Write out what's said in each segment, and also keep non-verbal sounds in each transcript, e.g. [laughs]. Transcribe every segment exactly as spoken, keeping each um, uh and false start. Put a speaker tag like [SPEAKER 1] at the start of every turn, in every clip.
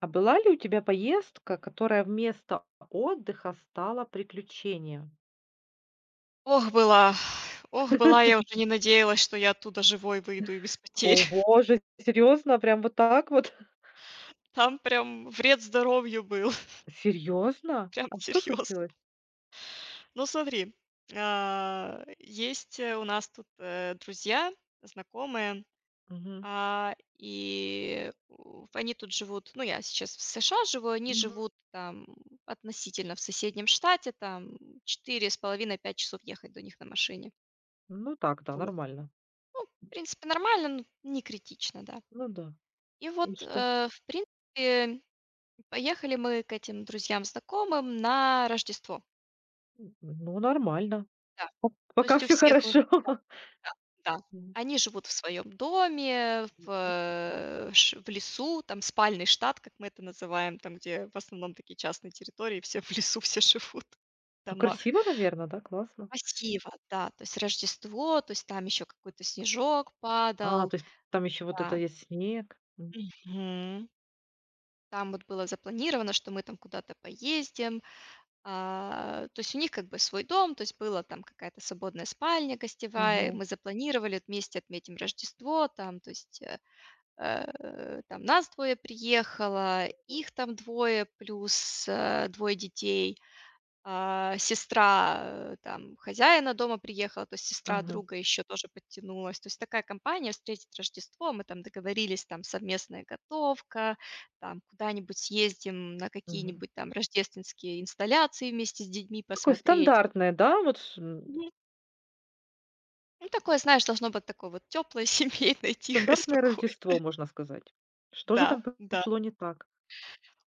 [SPEAKER 1] А была ли у тебя поездка, которая вместо отдыха стала приключением?
[SPEAKER 2] Ох, была. Ох, была, я
[SPEAKER 1] [laughs]
[SPEAKER 2] уже не надеялась, что я оттуда живой выйду и без потерь.
[SPEAKER 1] О
[SPEAKER 2] [laughs]
[SPEAKER 1] боже, серьезно? Прям вот так вот?
[SPEAKER 2] Там прям вред здоровью был,
[SPEAKER 1] [laughs]
[SPEAKER 2] [laughs]
[SPEAKER 1] Серьезно?
[SPEAKER 2] прям
[SPEAKER 1] А что
[SPEAKER 2] серьезно.
[SPEAKER 1] случилось?
[SPEAKER 2] Ну, смотри, а, есть, э, у нас тут э, друзья, знакомые,
[SPEAKER 1] Мгм,
[SPEAKER 2] а, и у они тут живут. Ну, я сейчас в США живу, они
[SPEAKER 1] мгм.
[SPEAKER 2] живут там относительно в соседнем штате, там четыре с половиной-пять часов ехать до них на машине.
[SPEAKER 1] Ну так, да,
[SPEAKER 2] Вот.
[SPEAKER 1] нормально.
[SPEAKER 2] Ну, в принципе, нормально, но не критично, да.
[SPEAKER 1] Ну да.
[SPEAKER 2] И вот,
[SPEAKER 1] И что?
[SPEAKER 2] э, в принципе, поехали мы к этим друзьям, знакомым на Рождество.
[SPEAKER 1] Н- Ну, нормально.
[SPEAKER 2] Да,
[SPEAKER 1] Пок-
[SPEAKER 2] то
[SPEAKER 1] Пока
[SPEAKER 2] есть у
[SPEAKER 1] все
[SPEAKER 2] всех выход,
[SPEAKER 1] хорошо. [laughs]
[SPEAKER 2] да, да.
[SPEAKER 1] М,
[SPEAKER 2] Они живут в своем доме, в,
[SPEAKER 1] мгм.
[SPEAKER 2] э, ш в лесу, там спальный штат, как мы это называем, там, где в основном такие частные территории, все в лесу, все живут в
[SPEAKER 1] Ну,
[SPEAKER 2] домах.
[SPEAKER 1] красиво, наверное, да, классно.
[SPEAKER 2] Красиво, да, то есть Рождество, то есть там еще какой-то снежок
[SPEAKER 1] А,
[SPEAKER 2] падал,
[SPEAKER 1] то есть там еще вот это
[SPEAKER 2] да.
[SPEAKER 1] есть снег. М,
[SPEAKER 2] Мгм. Там вот было запланировано, что мы там куда-то поездим. А, то есть у них как бы свой дом, то есть была там какая-то свободная спальня гостевая,
[SPEAKER 1] ага,
[SPEAKER 2] мы запланировали, вместе отметим Рождество, там, то есть э, э, там нас двое приехало, их там двое, плюс э, двое детей, а, сестра э, там, хозяина дома приехала, то есть сестра
[SPEAKER 1] ага,
[SPEAKER 2] друга еще тоже подтянулась. То есть такая компания встретить Рождество. Мы там договорились, там совместная готовка, там куда-нибудь съездим на
[SPEAKER 1] мгм.
[SPEAKER 2] какие-нибудь там рождественские инсталляции вместе с детьми
[SPEAKER 1] Такое
[SPEAKER 2] посмотреть. Вот.
[SPEAKER 1] стандартное, да, вот.
[SPEAKER 2] Мгм. Ну, такое, знаешь, должно быть такое вот теплое, [laughs] семейное, тихое,
[SPEAKER 1] Стандартное
[SPEAKER 2] спокойное.
[SPEAKER 1] Рождество, можно сказать. Что же
[SPEAKER 2] Да,
[SPEAKER 1] там
[SPEAKER 2] да.
[SPEAKER 1] пошло не так?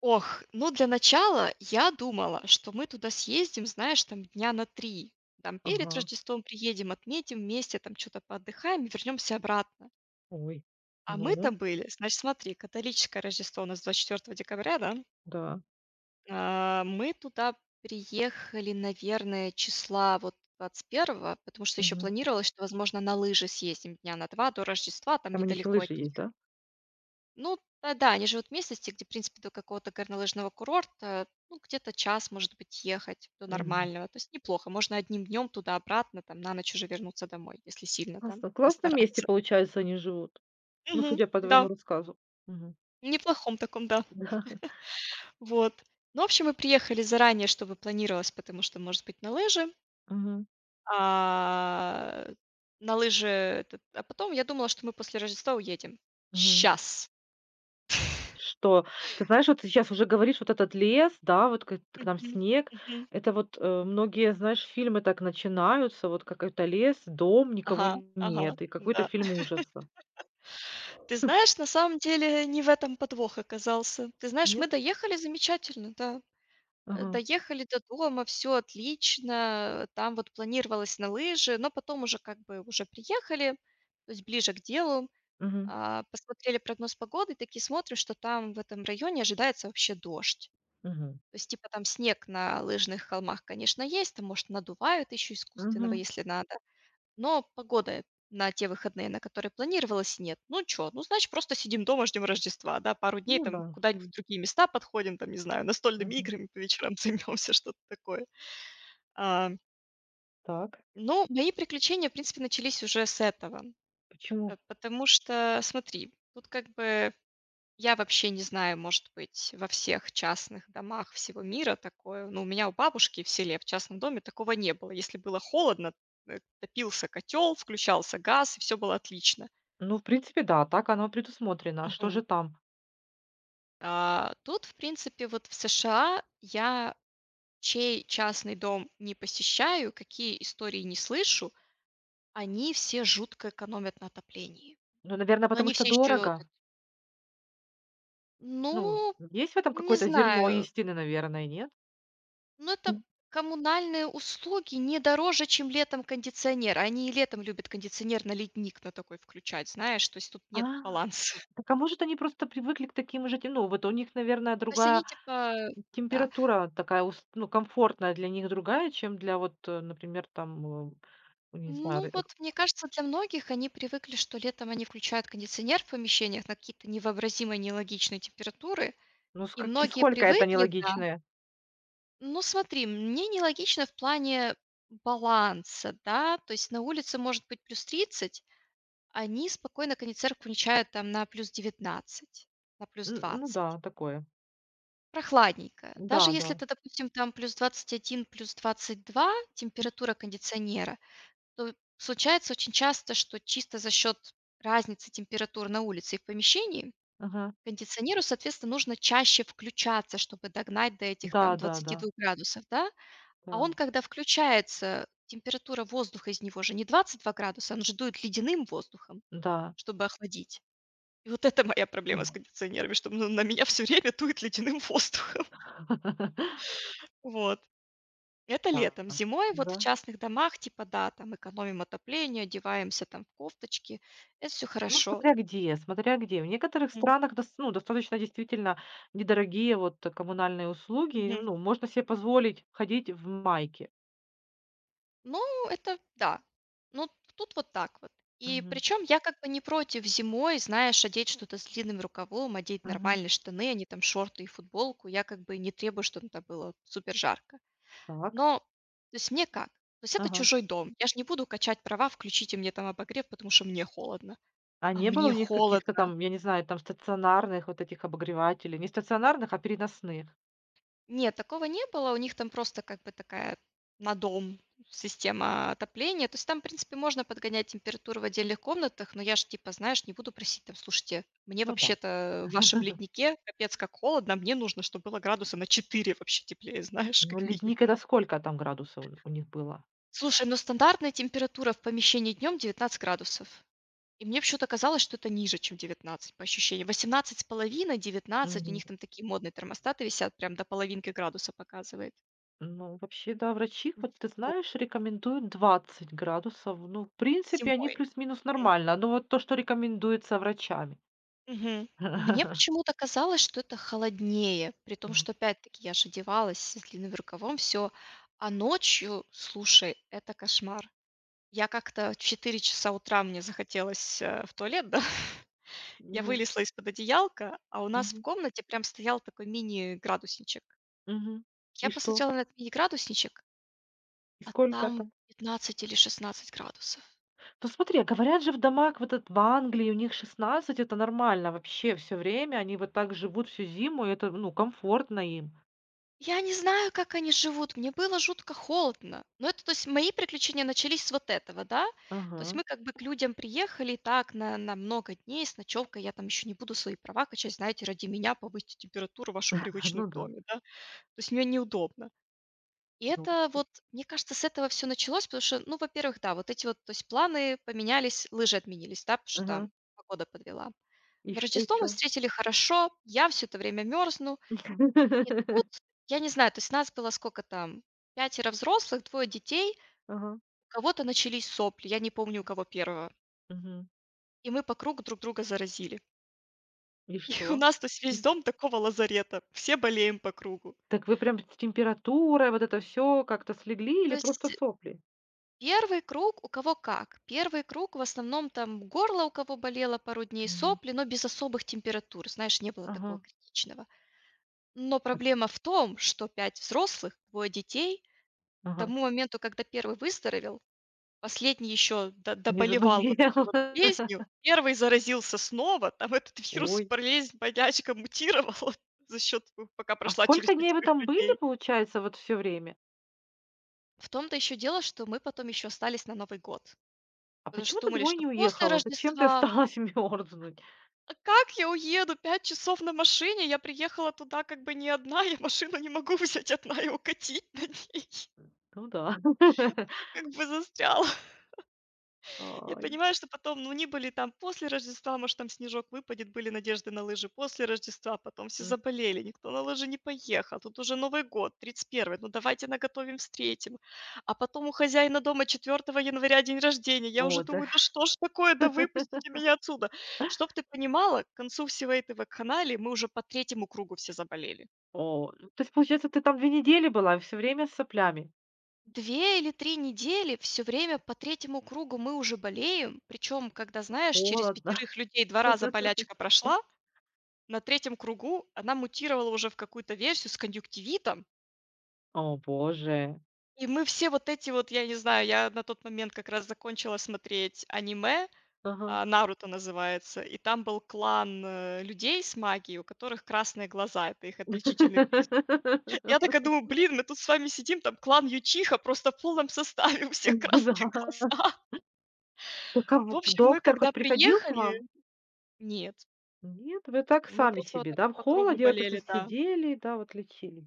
[SPEAKER 2] Ох, ну для начала я думала, что мы туда съездим, знаешь, там дня на три. Там перед
[SPEAKER 1] Ага,
[SPEAKER 2] Рождеством приедем, отметим вместе, там что то поотдыхаем, вернемся обратно.
[SPEAKER 1] ой,
[SPEAKER 2] А мы
[SPEAKER 1] ну
[SPEAKER 2] там были, значит, смотри, католическое Рождество у нас двадцать четвертого декабря, да?
[SPEAKER 1] да,
[SPEAKER 2] А, мы туда приехали, наверное, числа вот двадцать первого, потому что еще
[SPEAKER 1] мгм.
[SPEAKER 2] планировалось, что, возможно, на лыжи съездим дня на два до Рождества, там
[SPEAKER 1] Там у них и
[SPEAKER 2] недалеко от
[SPEAKER 1] лыжи
[SPEAKER 2] них.
[SPEAKER 1] есть, да?
[SPEAKER 2] Ну, э, да, они живут в местности, где, в принципе, до какого-то горнолыжного курорта, ну, где-то час, может быть, ехать до
[SPEAKER 1] Мгм.
[SPEAKER 2] нормального. То есть неплохо. Можно одним днем туда-обратно, там, на ночь уже вернуться домой, если сильно там
[SPEAKER 1] Классно. В классном месте,
[SPEAKER 2] постараться.
[SPEAKER 1] получается, они живут. Ну,
[SPEAKER 2] Мгм.
[SPEAKER 1] судя по твоему
[SPEAKER 2] Да,
[SPEAKER 1] рассказу. Мгм.
[SPEAKER 2] в неплохом таком, да.
[SPEAKER 1] [laughs] Да.
[SPEAKER 2] Вот. Ну, в общем, мы приехали заранее, чтобы планировалось, потому что, может быть, на лыжи.
[SPEAKER 1] Мгм.
[SPEAKER 2] А, на лыжи этот а потом я думала, что мы после Рождества уедем.
[SPEAKER 1] Мгм.
[SPEAKER 2] Сейчас.
[SPEAKER 1] Что? Ты знаешь, вот ты щас уже говоришь, вот этот лес, да, вот к к нам
[SPEAKER 2] Мгм.
[SPEAKER 1] снег.
[SPEAKER 2] Мгм.
[SPEAKER 1] Это вот, э, многие, знаешь, фильмы так начинаются, вот какой-то лес, дом, никого
[SPEAKER 2] Ага, ага,
[SPEAKER 1] нет, и какой-то
[SPEAKER 2] да.
[SPEAKER 1] фильм ужаса.
[SPEAKER 2] Ты знаешь,
[SPEAKER 1] [laughs]
[SPEAKER 2] на самом деле не в этом подвох оказался. Ты знаешь, мы
[SPEAKER 1] Нет?
[SPEAKER 2] доехали замечательно, да. Э,
[SPEAKER 1] Ага.
[SPEAKER 2] доехали до дома, все отлично. Там вот планировалось на лыжи, но потом уже как бы уже приехали, то есть ближе к делу.
[SPEAKER 1] Мгм.
[SPEAKER 2] А, посмотрели прогноз погоды, такие смотрим, что там в этом районе ожидается вообще дождь.
[SPEAKER 1] Мгм.
[SPEAKER 2] То есть типа там снег на лыжных холмах, конечно, есть, там, может, надувают еще искусственного,
[SPEAKER 1] Мгм.
[SPEAKER 2] если надо. Но погода на те выходные, на которые планировалось, нет. Ну что, ну, значит, просто сидим дома, ждем Рождества, да, пару дней
[SPEAKER 1] Ну да.
[SPEAKER 2] там куда-нибудь в другие места подходим, там, не знаю, настольными
[SPEAKER 1] Мгм.
[SPEAKER 2] играми по вечерам [laughs] займемся, что-то такое. А,
[SPEAKER 1] Так,
[SPEAKER 2] ну, мои приключения, в принципе, начались уже с этого.
[SPEAKER 1] почему?
[SPEAKER 2] Э, потому что, смотри, тут как бы я вообще не знаю, может быть, во всех частных домах всего мира такое. Ну, у меня у бабушки в селе, в частном доме такого не было. Если было холодно, э, топился котел, включался газ, и все было отлично.
[SPEAKER 1] Ну, в принципе, да, так оно предусмотрено. А что же
[SPEAKER 2] Мгм.
[SPEAKER 1] там?
[SPEAKER 2] А, тут, в принципе, вот в США я чей частный дом не посещаю, какие истории не слышу, они все жутко экономят на отоплении.
[SPEAKER 1] Ну, наверное,
[SPEAKER 2] Но
[SPEAKER 1] потому
[SPEAKER 2] они
[SPEAKER 1] что
[SPEAKER 2] все еще,
[SPEAKER 1] дорого.
[SPEAKER 2] ну,
[SPEAKER 1] Ну, есть в этом
[SPEAKER 2] не
[SPEAKER 1] какое-то зерно
[SPEAKER 2] знаю,
[SPEAKER 1] истины, наверное, нет?
[SPEAKER 2] ну это
[SPEAKER 1] М.
[SPEAKER 2] коммунальные услуги не дороже, чем летом кондиционер. Они и летом любят кондиционер на ледник на такой включать, знаешь, то есть тут
[SPEAKER 1] А,
[SPEAKER 2] нет баланса. [laughs]
[SPEAKER 1] так а может они просто привыкли к таким же, те- ну, вот у них, наверное,
[SPEAKER 2] То есть
[SPEAKER 1] другая
[SPEAKER 2] они типа, да.
[SPEAKER 1] температура такая, ус- ну, комфортная для них другая, чем для вот, э, например, там, э, ну, не знаю,
[SPEAKER 2] Ну
[SPEAKER 1] ры-
[SPEAKER 2] вот, мне кажется, для многих они привыкли, что летом они включают кондиционер в помещениях на какие-то невообразимо нелогичные температуры.
[SPEAKER 1] ну, с
[SPEAKER 2] И
[SPEAKER 1] каки-
[SPEAKER 2] многие
[SPEAKER 1] сколько это
[SPEAKER 2] привыкли, да.
[SPEAKER 1] нелогичное.
[SPEAKER 2] Ну смотри, мне нелогично в плане баланса, да. То есть на улице может быть плюс тридцать, они спокойно кондиционер включают там на плюс девятнадцать, на плюс
[SPEAKER 1] Н- Ну
[SPEAKER 2] двадцать
[SPEAKER 1] да, такое.
[SPEAKER 2] Прохладненько. Даже
[SPEAKER 1] Да,
[SPEAKER 2] если
[SPEAKER 1] да.
[SPEAKER 2] это, допустим, там плюс двадцать один, плюс двадцать два, температура кондиционера, то случается очень часто, что чисто за счет разницы температур на улице и в помещении
[SPEAKER 1] Ага.
[SPEAKER 2] кондиционеру, соответственно, нужно чаще включаться, чтобы догнать до этих
[SPEAKER 1] Да,
[SPEAKER 2] там
[SPEAKER 1] да,
[SPEAKER 2] двадцати
[SPEAKER 1] да.
[SPEAKER 2] двух градусов, да. А
[SPEAKER 1] Да,
[SPEAKER 2] он, когда включается, температура воздуха из него же не двадцать два градуса, он же дует ледяным воздухом,
[SPEAKER 1] да.
[SPEAKER 2] чтобы охладить. И вот это моя проблема с кондиционерами, что н на меня все время дует ледяным воздухом. [laughs]
[SPEAKER 1] [laughs]
[SPEAKER 2] Вот. Это
[SPEAKER 1] Да,
[SPEAKER 2] летом. Зимой вот
[SPEAKER 1] да.
[SPEAKER 2] в частных домах, типа, да, там экономим отопление, одеваемся там в кофточки. Это все
[SPEAKER 1] Ну,
[SPEAKER 2] хорошо.
[SPEAKER 1] смотря где, смотря где. В некоторых
[SPEAKER 2] Мгм.
[SPEAKER 1] странах дос ну, достаточно действительно недорогие вот э, коммунальные услуги. И,
[SPEAKER 2] Мгм.
[SPEAKER 1] ну, можно себе позволить ходить в майке.
[SPEAKER 2] Ну, это да. Ну, тут вот так вот. И
[SPEAKER 1] Мгм,
[SPEAKER 2] причем я как бы не против зимой, знаешь, одеть что-то с длинным рукавом, одеть
[SPEAKER 1] мгм.
[SPEAKER 2] нормальные штаны, а не там шорты и футболку. Я как бы не требую, чтобы это было супер жарко.
[SPEAKER 1] Так,
[SPEAKER 2] Но, то есть мне как? То есть это
[SPEAKER 1] ага.
[SPEAKER 2] чужой дом. Я же не буду качать права, включите мне там обогрев, потому что мне холодно.
[SPEAKER 1] А
[SPEAKER 2] А
[SPEAKER 1] не было у
[SPEAKER 2] мне
[SPEAKER 1] них каких-то
[SPEAKER 2] холодно.
[SPEAKER 1] там, я не знаю, там стационарных вот этих обогревателей? Не стационарных, а переносных.
[SPEAKER 2] Нет, такого не было. У них там просто как бы такая на дом система отопления. То есть там, в принципе, можно подгонять температуру в отдельных комнатах, но я ж типа, знаешь, не буду просить там, слушайте, мне
[SPEAKER 1] Ну да.
[SPEAKER 2] вообще-то в вашем
[SPEAKER 1] [laughs]
[SPEAKER 2] леднике капец как холодно, а мне нужно, чтобы было градуса на четыре вообще теплее, [laughs] знаешь,
[SPEAKER 1] Ну,
[SPEAKER 2] как минимум.
[SPEAKER 1] ледник — это сколько там градусов у у них было?
[SPEAKER 2] Слушай, ну стандартная температура в помещении днем девятнадцать градусов. И мне почему-то казалось, что это ниже, чем девятнадцать по ощущениям. восемнадцать с половиной, девятнадцать, у них там такие модные термостаты висят, прям до половинки градуса показывает.
[SPEAKER 1] Ну, вообще, да, врачи, вот ты знаешь, рекомендуют двадцать градусов. Ну, в принципе, они
[SPEAKER 2] Зимой.
[SPEAKER 1] плюс-минус
[SPEAKER 2] Мгм.
[SPEAKER 1] нормально. Ну, вот то, что рекомендуется врачами.
[SPEAKER 2] Мгм. Мне
[SPEAKER 1] [laughs]
[SPEAKER 2] почему-то казалось, что это холоднее, при том,
[SPEAKER 1] Мгм.
[SPEAKER 2] что опять-таки я же одевалась с длинным рукавом, всё. А ночью, слушай, это кошмар. Я как-то в четыре часа утра мне захотелось, э, в туалет, да. [laughs] Я
[SPEAKER 1] Ну,
[SPEAKER 2] вылезла из-под одеялка, а у нас в
[SPEAKER 1] мгм,
[SPEAKER 2] комнате прям стоял такой мини-градусничек.
[SPEAKER 1] мгм. И
[SPEAKER 2] Я
[SPEAKER 1] что?
[SPEAKER 2] посмотрела на этот мини-градусничек,
[SPEAKER 1] И
[SPEAKER 2] а
[SPEAKER 1] сколько
[SPEAKER 2] там
[SPEAKER 1] там?
[SPEAKER 2] пятнадцать или шестнадцать градусов.
[SPEAKER 1] Ну, смотри, а говорят же в домах, вот этот в Англии, у них шестнадцать это нормально вообще все время. Они вот так живут всю зиму, и это, ну, комфортно им.
[SPEAKER 2] Я не знаю, как они живут. Мне было жутко холодно. Но это, то есть, мои приключения начались с вот этого, да. То есть
[SPEAKER 1] Ага.
[SPEAKER 2] мы как бы к людям приехали так на, на много дней с ночевкой. Я там еще не буду свои права качать, знаете, ради меня повысить температуру вашу
[SPEAKER 1] [laughs]
[SPEAKER 2] привычную
[SPEAKER 1] Ну
[SPEAKER 2] в
[SPEAKER 1] да.
[SPEAKER 2] доме, да. То есть мне неудобно. И
[SPEAKER 1] Ну,
[SPEAKER 2] это вот, мне кажется, с этого все началось, потому что, ну, во-первых, да, вот эти вот, то есть планы поменялись, лыжи отменились, да, потому что
[SPEAKER 1] ага.
[SPEAKER 2] там погода подвела.
[SPEAKER 1] И
[SPEAKER 2] Но
[SPEAKER 1] что
[SPEAKER 2] Рождество мы
[SPEAKER 1] еще?
[SPEAKER 2] встретили хорошо, я все это время мерзну, и
[SPEAKER 1] [laughs]
[SPEAKER 2] тут, я не знаю, то есть нас было сколько там, пятеро взрослых, двое детей.
[SPEAKER 1] Ага.
[SPEAKER 2] У кого-то начались сопли, я не помню, у кого первого.
[SPEAKER 1] Мгм.
[SPEAKER 2] И мы по кругу друг друга заразили.
[SPEAKER 1] И
[SPEAKER 2] [laughs] И у
[SPEAKER 1] что?
[SPEAKER 2] нас, то есть весь
[SPEAKER 1] [laughs]
[SPEAKER 2] дом такого лазарета. Все болеем по кругу.
[SPEAKER 1] Так вы прям с температурой, вот это все как-то слегли
[SPEAKER 2] То
[SPEAKER 1] или просто
[SPEAKER 2] есть
[SPEAKER 1] сопли?
[SPEAKER 2] первый круг у кого как. Первый круг в основном там горло у кого болело пару дней,
[SPEAKER 1] Мгм.
[SPEAKER 2] сопли, но без особых температур. Знаешь, не было такого
[SPEAKER 1] Ага,
[SPEAKER 2] критичного. Но проблема в том, что пять взрослых, двое детей, к
[SPEAKER 1] ага.
[SPEAKER 2] тому моменту, когда первый выздоровел, последний еще до
[SPEAKER 1] Не
[SPEAKER 2] доболевал вот этой
[SPEAKER 1] заболела.
[SPEAKER 2] вот болезнью,
[SPEAKER 1] [laughs]
[SPEAKER 2] первый заразился снова, там этот вирус,
[SPEAKER 1] Ой,
[SPEAKER 2] болезнь, болячка мутировала [laughs] за счет, ну, пока
[SPEAKER 1] а
[SPEAKER 2] прошла через
[SPEAKER 1] сколько дней
[SPEAKER 2] пять
[SPEAKER 1] вы там были,
[SPEAKER 2] людей.
[SPEAKER 1] получается, вот все время?
[SPEAKER 2] В том-то еще дело, что мы потом еще остались на Новый год,
[SPEAKER 1] А
[SPEAKER 2] потому
[SPEAKER 1] почему
[SPEAKER 2] что
[SPEAKER 1] ты
[SPEAKER 2] думали,
[SPEAKER 1] домой
[SPEAKER 2] что
[SPEAKER 1] не
[SPEAKER 2] после
[SPEAKER 1] уехала? Зачем ты
[SPEAKER 2] Рождества.
[SPEAKER 1] осталась [laughs] мерзнуть?
[SPEAKER 2] А как я уеду? Пять часов на машине? Я приехала туда как бы не одна, я машину не могу [laughs] взять одна и укатить на ней.
[SPEAKER 1] Ну да. [laughs]
[SPEAKER 2] [laughs] Как бы застряла. Я
[SPEAKER 1] Ой,
[SPEAKER 2] понимаю, что потом, ну, не были там после Рождества, может, там снежок выпадет, были надежды на лыжи после Рождества, а потом все
[SPEAKER 1] м,
[SPEAKER 2] заболели, никто на лыжи не поехал, тут уже Новый год, тридцать первого, ну, давайте наготовим, встретим. А потом у хозяина дома четвертого января день рождения, я
[SPEAKER 1] о,
[SPEAKER 2] уже
[SPEAKER 1] да.
[SPEAKER 2] думаю, да что ж такое, да выпустите меня отсюда. Чтоб ты понимала, к концу всего этого канала мы уже по третьему кругу все заболели.
[SPEAKER 1] О, ну, то есть, получается, ты там две недели была и всё время с соплями?
[SPEAKER 2] Две или три недели все время по третьему кругу мы уже болеем. Причем, когда, знаешь, через
[SPEAKER 1] Холодно.
[SPEAKER 2] пятерых людей два раза
[SPEAKER 1] [laughs]
[SPEAKER 2] болячка прошла, на третьем кругу она мутировала уже в какую-то версию с конъюнктивитом.
[SPEAKER 1] О боже.
[SPEAKER 2] И мы все вот эти вот, я не знаю, я на тот момент как раз закончила смотреть аниме,
[SPEAKER 1] Ага.
[SPEAKER 2] а, "Наруто" называется, и там был клан, э, людей с магией, у которых красные глаза — это их отличительный признак. [laughs] Я такая
[SPEAKER 1] [laughs]
[SPEAKER 2] думаю: "Блин, мы тут с вами сидим, там клан Ючиха просто в полном составе, у всех [laughs]
[SPEAKER 1] Да.
[SPEAKER 2] красные глаза".
[SPEAKER 1] У
[SPEAKER 2] В
[SPEAKER 1] кого
[SPEAKER 2] общем, мы
[SPEAKER 1] доктор
[SPEAKER 2] когда
[SPEAKER 1] хоть приходил к
[SPEAKER 2] приехали,
[SPEAKER 1] вам?
[SPEAKER 2] нет,
[SPEAKER 1] Нет, вы так
[SPEAKER 2] мы
[SPEAKER 1] сами
[SPEAKER 2] просто вот
[SPEAKER 1] себе,
[SPEAKER 2] так
[SPEAKER 1] да,
[SPEAKER 2] вот
[SPEAKER 1] в
[SPEAKER 2] по кругу
[SPEAKER 1] холоде вот это
[SPEAKER 2] болели, да.
[SPEAKER 1] сидели, да, вот лечили.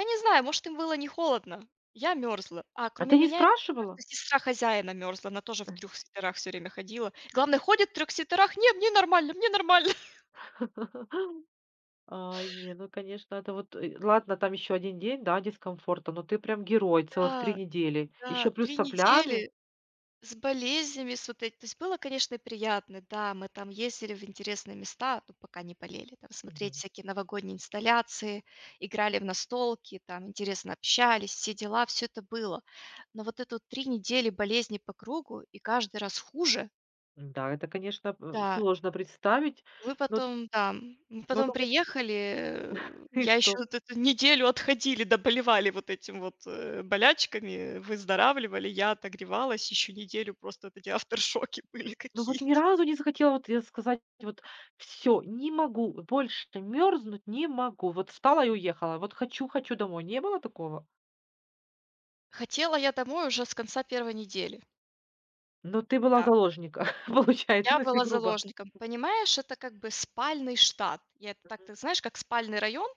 [SPEAKER 2] Я не знаю, может, им было не холодно. Я мерзла. А
[SPEAKER 1] А
[SPEAKER 2] кроме
[SPEAKER 1] ты не
[SPEAKER 2] меня,
[SPEAKER 1] спрашивала?
[SPEAKER 2] кажется, сестра хозяина мерзла. Она тоже в трёх свитерах все время ходила. Главное, ходит в трёх свитерах: "Не, мне нормально, мне нормально". [laughs]
[SPEAKER 1] [laughs] Ай, не, ну, конечно, это вот, э, ладно, там еще один день, да, дискомфорта, но ты прям герой, целых три
[SPEAKER 2] Да,
[SPEAKER 1] недели. Еще
[SPEAKER 2] да,
[SPEAKER 1] плюс с
[SPEAKER 2] три
[SPEAKER 1] соплями.
[SPEAKER 2] недели. С болезнями, с вот эт то есть было, конечно, приятно. Да, мы там ездили в интересные места, ну, пока не болели, там смотреть
[SPEAKER 1] Мгм.
[SPEAKER 2] всякие новогодние инсталляции, играли в настолки, там интересно общались, все дела, всё это было. Но вот это вот три недели болезни по кругу и каждый раз хуже,
[SPEAKER 1] Да, это, конечно, м,
[SPEAKER 2] да.
[SPEAKER 1] сложно представить,
[SPEAKER 2] Мы
[SPEAKER 1] но
[SPEAKER 2] потом, да, мы
[SPEAKER 1] но
[SPEAKER 2] потом
[SPEAKER 1] только [laughs]
[SPEAKER 2] приехали, э,
[SPEAKER 1] ты
[SPEAKER 2] я еще
[SPEAKER 1] что.
[SPEAKER 2] вот эту неделю отходили, доболевали вот этим вот, э, болячками, выздоравливали, я отогревалась, еще неделю просто вот эти авторшоки [laughs] были
[SPEAKER 1] Ну вот
[SPEAKER 2] какие.
[SPEAKER 1] ни разу не захотела вот я сказать вот: все не могу, больше мёрзнуть не могу". Вот встала и уехала. Вот хочу хочу домой. Не было такого?
[SPEAKER 2] Хотела я домой уже с конца первой недели.
[SPEAKER 1] Но ты была в
[SPEAKER 2] Да.
[SPEAKER 1] заложниках, [laughs] получается,
[SPEAKER 2] Я
[SPEAKER 1] ну, если
[SPEAKER 2] была
[SPEAKER 1] грубо.
[SPEAKER 2] заложником. Понимаешь, это как бы спальный штат. Я это так, ты знаешь, как спальный район,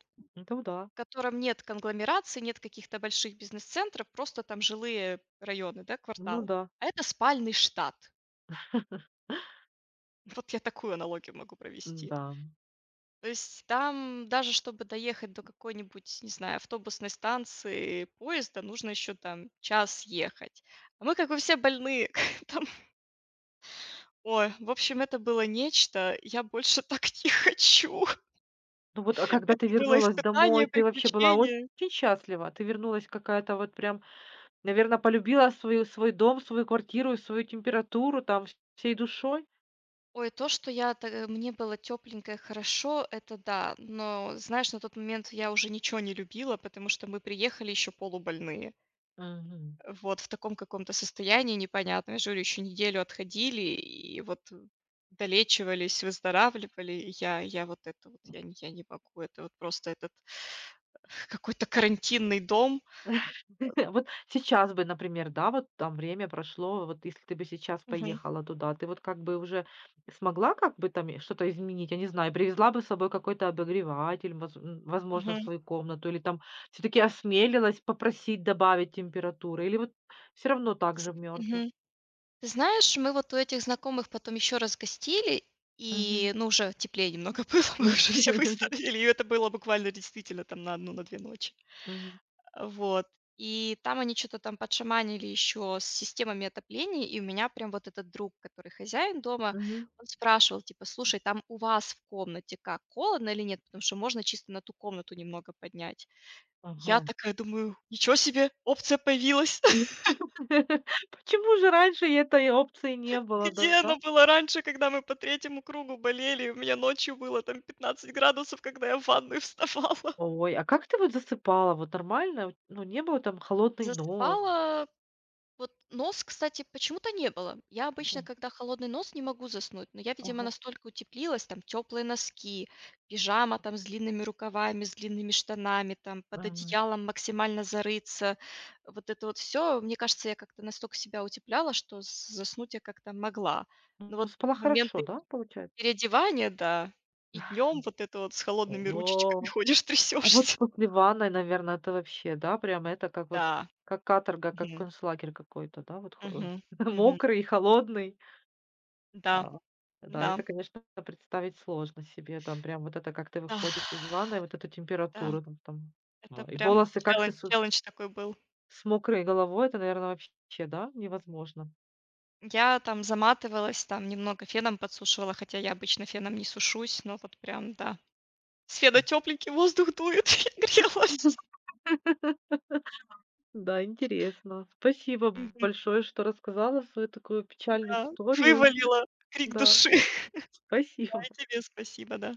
[SPEAKER 1] Ну да,
[SPEAKER 2] в котором нет конгломерации, нет каких-то больших бизнес-центров, просто там жилые районы, да,
[SPEAKER 1] ну
[SPEAKER 2] кварталы.
[SPEAKER 1] да,
[SPEAKER 2] А это спальный штат. [laughs] Вот я такую аналогию могу провести.
[SPEAKER 1] да.
[SPEAKER 2] То есть там даже чтобы доехать до какой-нибудь, не знаю, автобусной станции, поезда, нужно еще там час ехать. А мы как бы все больные. [laughs] там Ой, в общем, это было нечто. Я больше [laughs] так не хочу. [laughs]
[SPEAKER 1] Ну вот, а когда ты
[SPEAKER 2] Это было
[SPEAKER 1] вернулась домой,
[SPEAKER 2] испытание,
[SPEAKER 1] ты вообще была
[SPEAKER 2] приключение.
[SPEAKER 1] очень счастлива? Ты вернулась какая-то вот прям, наверное полюбила свою свой дом, свою квартиру, свою температуру там всей душой?
[SPEAKER 2] Ой, то, что я та э, мне было тепленько и хорошо, это да. Но, знаешь, на тот момент я уже ничего не любила, потому что мы приехали еще полубольные.
[SPEAKER 1] Мгм.
[SPEAKER 2] Вот в таком каком-то состоянии непонятном. Я же говорю, еще неделю отходили и вот долечивались, выздоравливали. И Я я вот это вот, я не я не могу. Это вот просто этот [laughs] какой-то карантинный дом.
[SPEAKER 1] [laughs] Вот сейчас бы, например, да, вот там время прошло, вот если ты бы сейчас
[SPEAKER 2] Мгм,
[SPEAKER 1] поехала туда, ты вот как бы уже смогла как бы там и что-то изменить, я не знаю, привезла бы с собой какой-то обогреватель, воз- м, возможно, в
[SPEAKER 2] мгм,
[SPEAKER 1] свою комнату, или там все-таки осмелилась попросить добавить температуры, или вот все равно так же мерзла.
[SPEAKER 2] мгм. Ты знаешь, мы вот у этих знакомых потом еще раз гостили,
[SPEAKER 1] Мгм.
[SPEAKER 2] и, ну, уже теплее немного [laughs] было, мы уже всё
[SPEAKER 1] [laughs]
[SPEAKER 2] выставили, и это было буквально действительно там на одну, на две ночи.
[SPEAKER 1] Мгм.
[SPEAKER 2] А, вот. И там они что то там подшаманили еще с системами отопления, и у меня прям вот этот друг, который хозяин дома,
[SPEAKER 1] Мгм.
[SPEAKER 2] он спрашивал, типа: "Слушай, там у вас в комнате как, холодно или нет? Потому что можно чисто на ту комнату немного поднять". Я
[SPEAKER 1] Ага.
[SPEAKER 2] такая думаю: "Ничего себе, опция появилась". [laughs]
[SPEAKER 1] [laughs] Почему же раньше этой опции не было,
[SPEAKER 2] Где
[SPEAKER 1] да?
[SPEAKER 2] она была раньше, когда мы по третьему кругу болели? И у меня ночью было там пятнадцать градусов, когда я в ванную [laughs] вставала.
[SPEAKER 1] Ой, а как ты вот засыпала? Вот нормально? Вот, ну, не было там холодный нос?
[SPEAKER 2] Засыпала. Вот нос, кстати, почему-то не было. Я обычно,
[SPEAKER 1] М,
[SPEAKER 2] когда холодный нос, не могу заснуть. Но я, видимо,
[SPEAKER 1] ага.
[SPEAKER 2] настолько утеплилась, там теплые носки, пижама там с длинными рукавами, с длинными штанами, там под
[SPEAKER 1] Мгм.
[SPEAKER 2] одеялом максимально зарыться. Вот это вот все. Мне кажется, я как-то настолько себя утепляла, что с- заснуть я как-то могла. Но
[SPEAKER 1] Ну,
[SPEAKER 2] вот
[SPEAKER 1] спала
[SPEAKER 2] момент
[SPEAKER 1] хорошо, да, получается?
[SPEAKER 2] переодевание, да, и днем вот это вот с холодными ручечками [laughs]
[SPEAKER 1] О,
[SPEAKER 2] ходишь,
[SPEAKER 1] а вот
[SPEAKER 2] трясешься.
[SPEAKER 1] после ванной, наверное, это вообще, да, прям это как вот,
[SPEAKER 2] Да.
[SPEAKER 1] как каторга, как
[SPEAKER 2] Мгм.
[SPEAKER 1] концлагерь какой-то, да, вот хо
[SPEAKER 2] Мгм.
[SPEAKER 1] [laughs]
[SPEAKER 2] Мгм.
[SPEAKER 1] мокрый, холодный.
[SPEAKER 2] Да,
[SPEAKER 1] А, да,
[SPEAKER 2] да,
[SPEAKER 1] это, конечно, представить сложно себе, там прям вот это, как ты
[SPEAKER 2] да,
[SPEAKER 1] выходишь из ванной, вот эту
[SPEAKER 2] да.
[SPEAKER 1] температуру там там.
[SPEAKER 2] Это
[SPEAKER 1] А, и
[SPEAKER 2] прям
[SPEAKER 1] волосы, как ты
[SPEAKER 2] челлендж
[SPEAKER 1] с
[SPEAKER 2] челлендж такой был.
[SPEAKER 1] с мокрой головой, это, наверное, вообще, да, невозможно.
[SPEAKER 2] Я там заматывалась, там немного феном подсушивала, хотя я обычно феном не сушусь, но вот прям, да. С фена тепленький воздух дует, [laughs] я грелась.
[SPEAKER 1] Да, интересно. Спасибо
[SPEAKER 2] Мгм,
[SPEAKER 1] большое, что рассказала свою такую печальную
[SPEAKER 2] да.
[SPEAKER 1] историю.
[SPEAKER 2] Вывалила крик
[SPEAKER 1] Да,
[SPEAKER 2] души. [laughs] Да,
[SPEAKER 1] спасибо.
[SPEAKER 2] и тебе спасибо, да.